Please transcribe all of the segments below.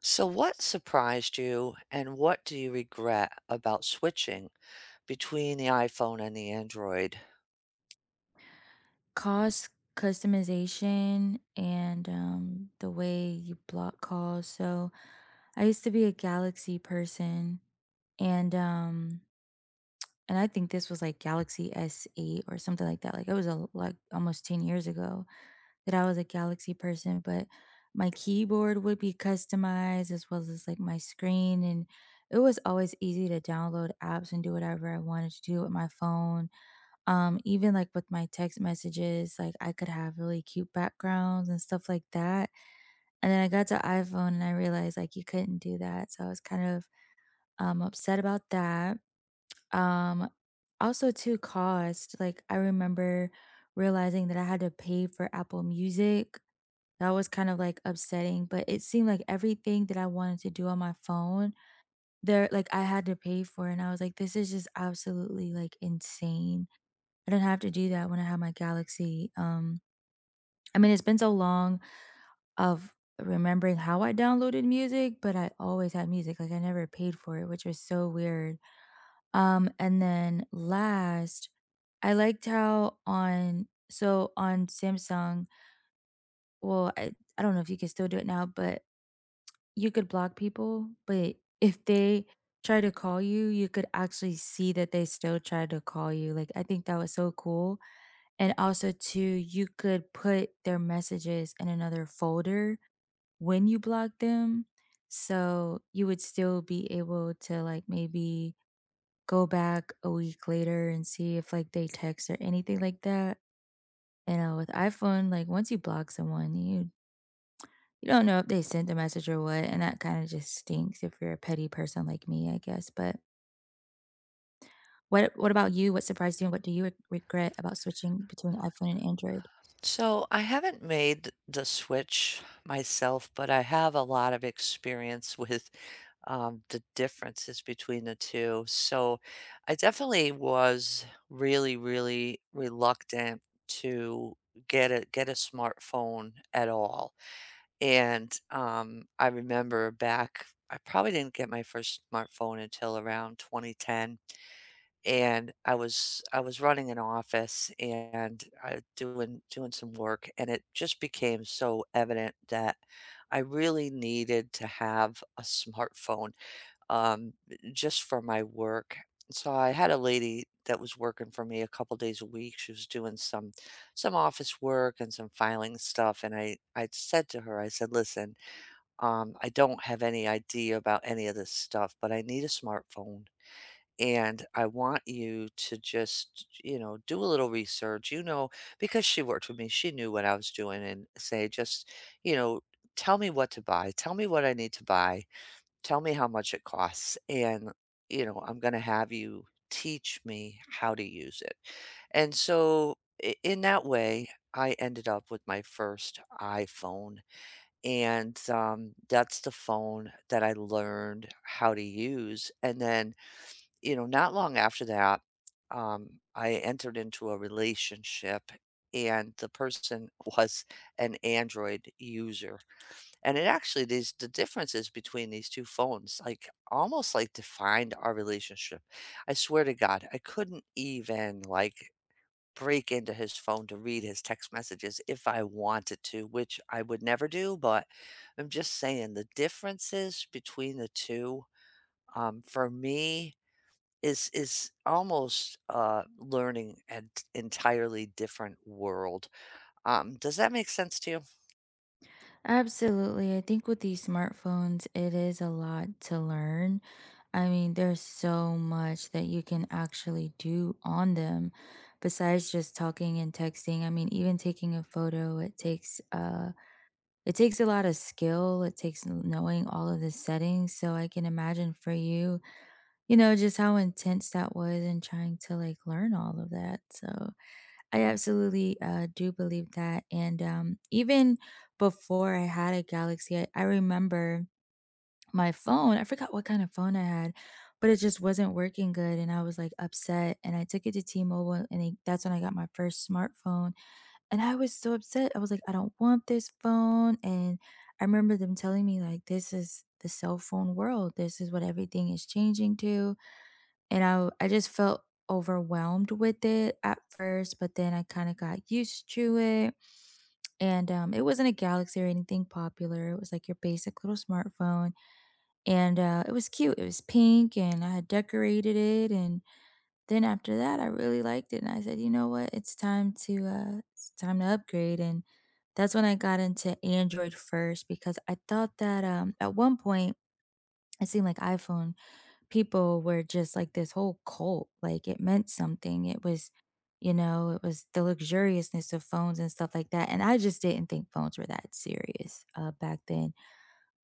So, what surprised you and what do you regret about switching between the iPhone and the Android? Cost customization and the way you block calls. So I used to be a Galaxy person, and um, and I think this was like Galaxy SE or something like that. Like it was like almost 10 years ago that I was a Galaxy person, but my keyboard would be customized as well as like my screen, and it was always easy to download apps and do whatever I wanted to do with my phone, even like with my text messages, like I could have really cute backgrounds and stuff like that. And then I got to iPhone and I realized like you couldn't do that. So I was kind of upset about that. Um also too, cost. Like I remember realizing that I had to pay for Apple Music. That was kind of like upsetting, but it seemed like everything that I wanted to do on my phone there, like I had to pay for it, and I was like, this is just absolutely like insane. I didn't have to do that when I had my Galaxy. I mean, it's been so long of remembering how I downloaded music, but I always had music. Like I never paid for it, which was so weird. And then last, I liked how on Samsung. Well, I don't know if you can still do it now, but you could block people, but if they try to call you, you could actually see that they still tried to call you. Like I think that was so cool. And also too, you could put their messages in another folder when you block them. So you would still be able to like maybe go back a week later and see if like they text or anything like that. You know, with iPhone, like once you block someone, you don't know if they sent the message or what, and that kind of just stinks if you're a petty person like me, I guess. But what about you? What surprised you and what do you regret about switching between iPhone and Android? So, I haven't made the switch myself, but I have a lot of experience with the differences between the two. So, I definitely was really, really reluctant to get a smartphone at all. And, I remember back I probably didn't get my first smartphone until around 2010, and I was running an office and I doing doing some work, and it just became so evident that I really needed to have a smartphone, um, just for my work. So I had a lady that was working for me a couple days a week. She was doing some office work and some filing stuff, and I said to her, I said, "Listen, I don't have any idea about any of this stuff, but I need a smartphone. And I want you to just, you know, do a little research, you know, because she worked with me, she knew what I was doing, and say, just, you know, tell me what to buy, tell me what I need to buy, tell me how much it costs. And, you know, I'm going to have you teach me how to use it." And so, in that way, I ended up with my first iPhone and, that's the phone that I learned how to use, and then, you know, not long after that, I entered into a relationship, and the person was an Android user, and it actually these the differences between these 2 phones, like, almost, like, defined our relationship. I swear to God, I couldn't even, like, break into his phone to read his text messages if I wanted to, which I would never do, but I'm just saying the differences between the 2, for me is almost, learning an entirely different world. Does that make sense to you? Absolutely. I think with these smartphones, it is a lot to learn. I mean, there's so much that you can actually do on them besides just talking and texting. I mean, even taking a photo, it takes a lot of skill. It takes knowing all of the settings. So I can imagine for you, you know, just how intense that was and trying to like learn all of that. So I absolutely do believe that. And even before I had a Galaxy, I remember my phone. I forgot what kind of phone I had, but it just wasn't working good. And I was like upset. And I took it to T Mobile, and they, that's when I got my first smartphone. And I was so upset. I was like, I don't want this phone. And I remember them telling me, like, this is the cell phone world, this is what everything is changing to. And I just felt overwhelmed with it at first, but then I kinda got used to it, and, it wasn't a Galaxy or anything popular, it was, like, your basic little smartphone, and, it was cute, it was pink, and I had decorated it, and then after that, I really liked it, and I said, "You know what? It's time to upgrade," and that's when I got into Android first because I thought that, at one point, it seemed like iPhone people were just like this whole cult. Like it meant something. It was the luxuriousness of phones and stuff like that. And I just didn't think phones were that serious back then.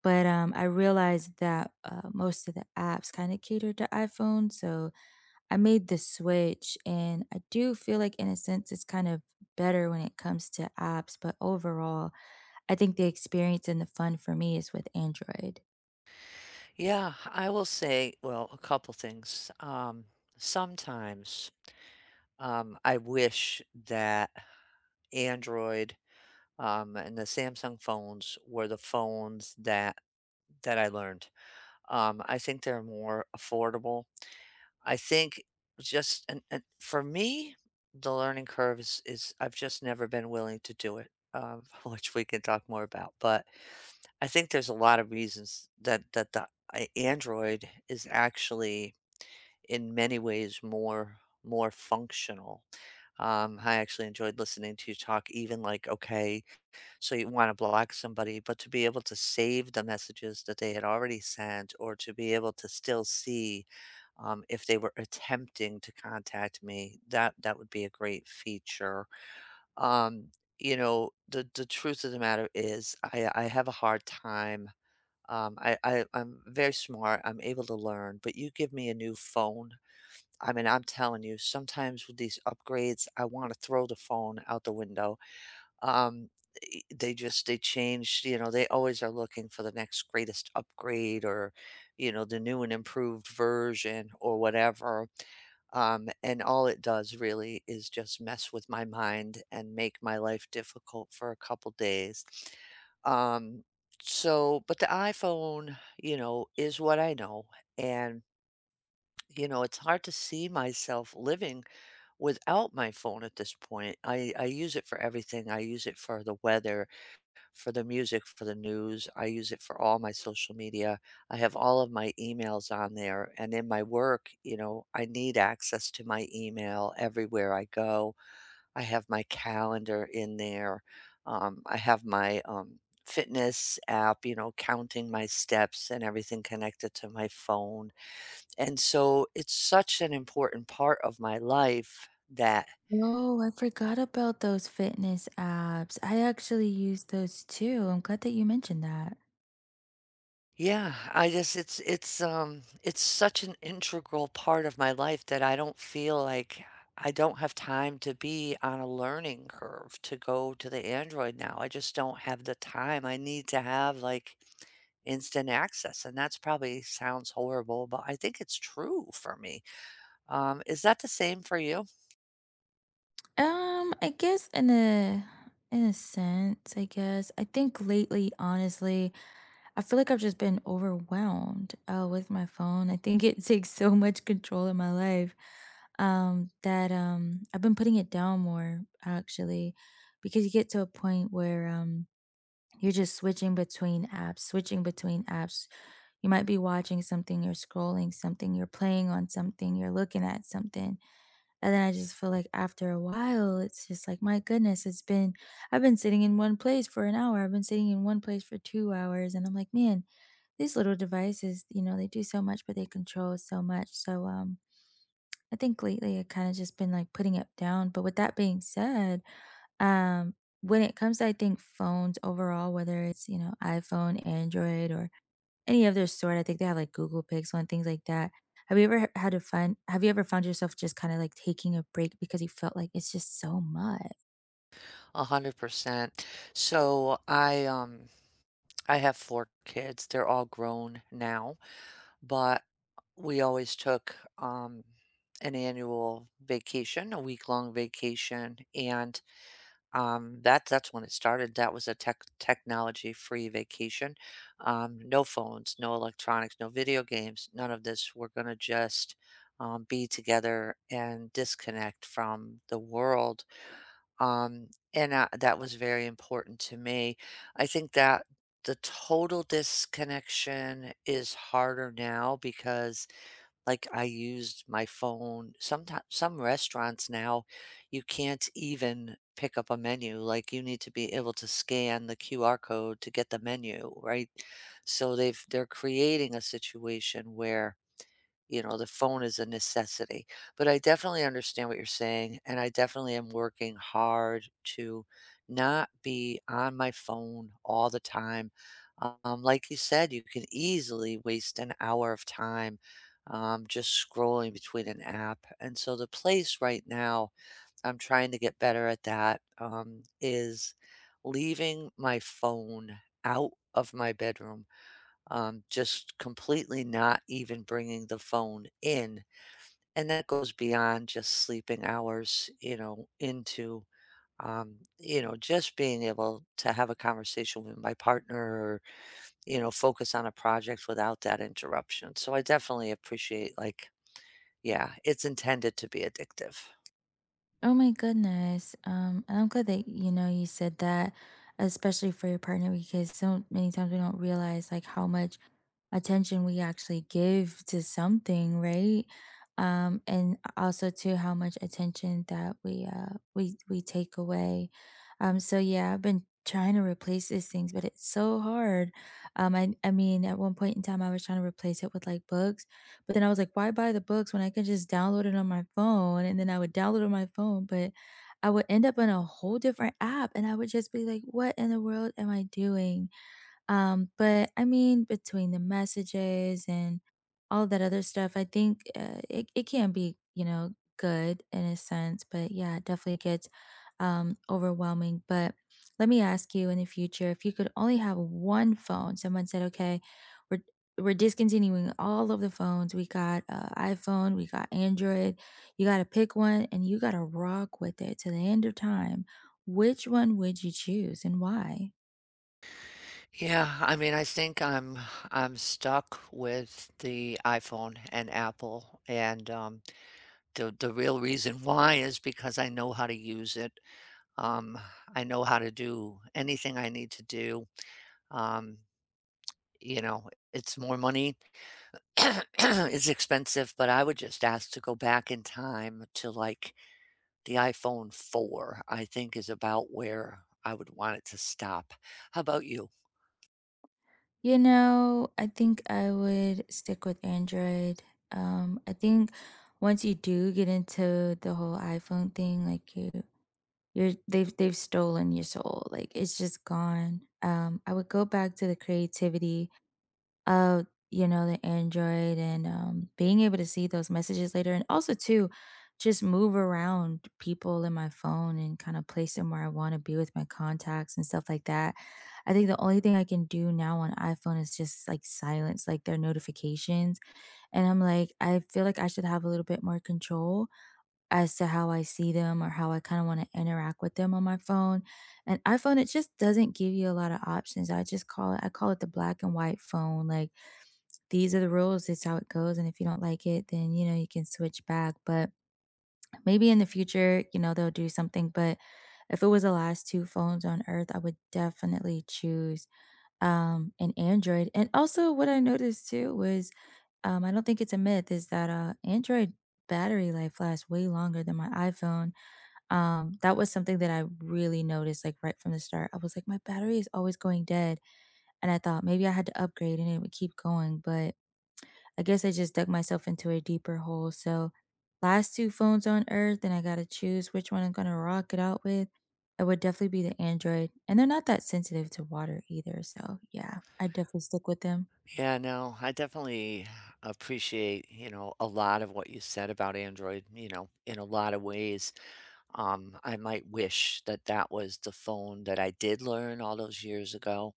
But I realized that most of the apps kind of catered to iPhone. So I made the switch. And I do feel like, in a sense, it's kind of better when it comes to apps. But overall, I think the experience and the fun for me is with Android. Yeah, I will say, well, a couple things. Sometimes, I wish that Android, and the Samsung phones were the phones that I learned. I think they're more affordable. I think just and for me, the learning curve is I've just never been willing to do it, which we can talk more about. But I think there's a lot of reasons that Android is actually in many ways more functional. I actually enjoyed listening to you talk, even like, okay, so you want to block somebody, but to be able to save the messages that they had already sent or to be able to still see if they were attempting to contact me, that would be a great feature. Um, you know, the truth of the matter is I have a hard time. I'm very smart. I'm able to learn, but you give me a new phone. I mean, I'm telling you, sometimes with these upgrades, I want to throw the phone out the window. Um, e They just they change, you know, they always are looking for the next greatest upgrade or, you know, the new and improved version or whatever, and all it does really is just mess with my mind and make my life difficult for a couple days. Um, so but the iPhone, you know, is what I know, and, you know, it's hard to see myself living without my phone at this point. I use it for everything. I use it for the weather, for the music, for the news. I use it for all my social media. I have all of my emails on there. And in my work, you know, I need access to my email everywhere I go. I have my calendar in there. I have my fitness app, you know, counting my steps and everything connected to my phone. And so it's such an important part of my life that, Oh, I forgot about those fitness apps. I actually use those too. I'm glad that you mentioned that. yeah, I just it's such an integral part of my life that I don't feel like I don't have time to be on a learning curve to go to the Android now. I just don't have the time. I need to have like instant access, and that's probably sounds horrible, but I think it's true for me. Is that the same for you? I guess in a sense, I guess. I think lately, honestly, I feel like I've just been overwhelmed with my phone. I think it takes so much control in my life, that I've been putting it down more actually, because you get to a point where you're just switching between apps, switching between apps. You might be watching something, you're scrolling something, you're playing on something, you're looking at something. And then I just feel like after a while, it's just like, my goodness, it's been, I've been sitting in one place for an hour. I've been sitting in one place for 2 hours. And I'm like, man, these little devices, you know, they do so much, but they control so much. So, I think lately I kind of just been like putting it down. But with that being said, um, when it comes to, I think phones overall, whether it's, you know, iPhone, Android, or any of their sort, I think they have, like, Google Pixel and things like that. Have you ever h had to find have you ever found yourself just kinda, like, taking a break because you felt like it's just so much? 100%. So I have four kids. They're all grown now, but we always took, an annual vacation, a week-long vacation, and, that that's when it started. That was a technology-free vacation. No phones, no electronics, no video games, none of this. We're gonna just, be together and disconnect from the world, and that was very important to me. I think that the total disconnection is harder now because, like, I used my phone. Sometimes some restaurants now, you can't even pick up a menu, like, you need to be able to scan the QR code to get the menu, right? So they're creating a situation where, you know, the phone is a necessity. But I definitely understand what you're saying, and I definitely am working hard to not be on my phone all the time. Like you said, you can easily waste an hour of time just scrolling between an app. And so the place right now, I'm trying to get better at that, is leaving my phone out of my bedroom, just completely not even bringing the phone in. And that goes beyond just sleeping hours, you know, into, you know, just being able to have a conversation with my partner or, you know, focus on a project without that interruption. So I definitely appreciate, like, yeah, it's intended to be addictive. Oh my goodness. And I'm glad that you know you said that, especially for your partner, because so many times we don't realize like how much attention we actually give to something, right? And also to how much attention that we we take away. So yeah, I've been trying to replace these things, but it's so hard. I mean, at one point in time, I was trying to replace it with like books, but then I was like, why buy the books when I can just download it on my phone? And then I would download it on my phone, but I would end up in a whole different app and I would just be like, what in the world am I doing? But I mean, between the messages and all that other stuff, I think it can be, you know, good in a sense, but yeah, it definitely gets overwhelming. But let me ask you, in the future, if you could only have one phone, someone said, okay, we're we're discontinuing all of the phones. We got iPhone, we got Android. You got to pick one and you got to rock with it to the end of time. Which one would you choose and why? Yeah, I mean, I think I'm stuck with the iPhone and Apple, and the real reason why is because I know how to use it. Um, I know how to do anything I need to do. Um, you know, it's more money. It's expensive, but I would just ask to go back in time to like the iPhone 4, I think, is about where I would want it to stop. How about you? You know, I think I would stick with Android. I think once you do get into the whole iPhone thing, like you, you're they've stolen your soul. Like it's just gone. I would go back to the creativity of, you know, the Android, and, being able to see those messages later, and also too, just move around people in my phone and kinda place them where I wanna be with my contacts and stuff like that. I think the only thing I can do now on iPhone is just, like, silence, like, their notifications, and I'm like, I feel like I should have a little bit more control as to how I see them or how I kinda wanna interact with them on my phone, and iPhone, it just doesn't give you a lot of options. I call it the black and white phone, like, these are the rules. It's how it goes. And if you don't like it, then, you know, you can switch back. But maybe in the future, you know, they'll do something. But if it was the last two phones on earth, I would definitely choose an Android. And also, what I noticed too was, I don't think it's a myth, is that Android battery life lasts way longer than my iPhone. That was something that I really noticed, like right from the start. I was like, my battery is always going dead. And I thought maybe I had to upgrade and it would keep going. But I guess I just dug myself into a deeper hole. So, last two phones on earth, and I got to choose which one I'm going to rock it out with. It would definitely be the Android. And they're not that sensitive to water either. So, yeah, I definitely stick with them. Yeah, no, I definitely appreciate, you know, a lot of what you said about Android, you know, in a lot of ways. I might wish that that was the phone that I did learn all those years ago,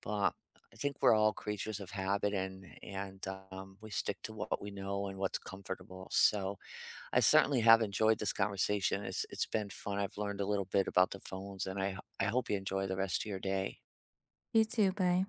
but I think we're all creatures of habit and we stick to what we know and what's comfortable. So I certainly have enjoyed this conversation. It's been fun. I've learned a little bit about the phones, and I hope you enjoy the rest of your day. You too. Bye.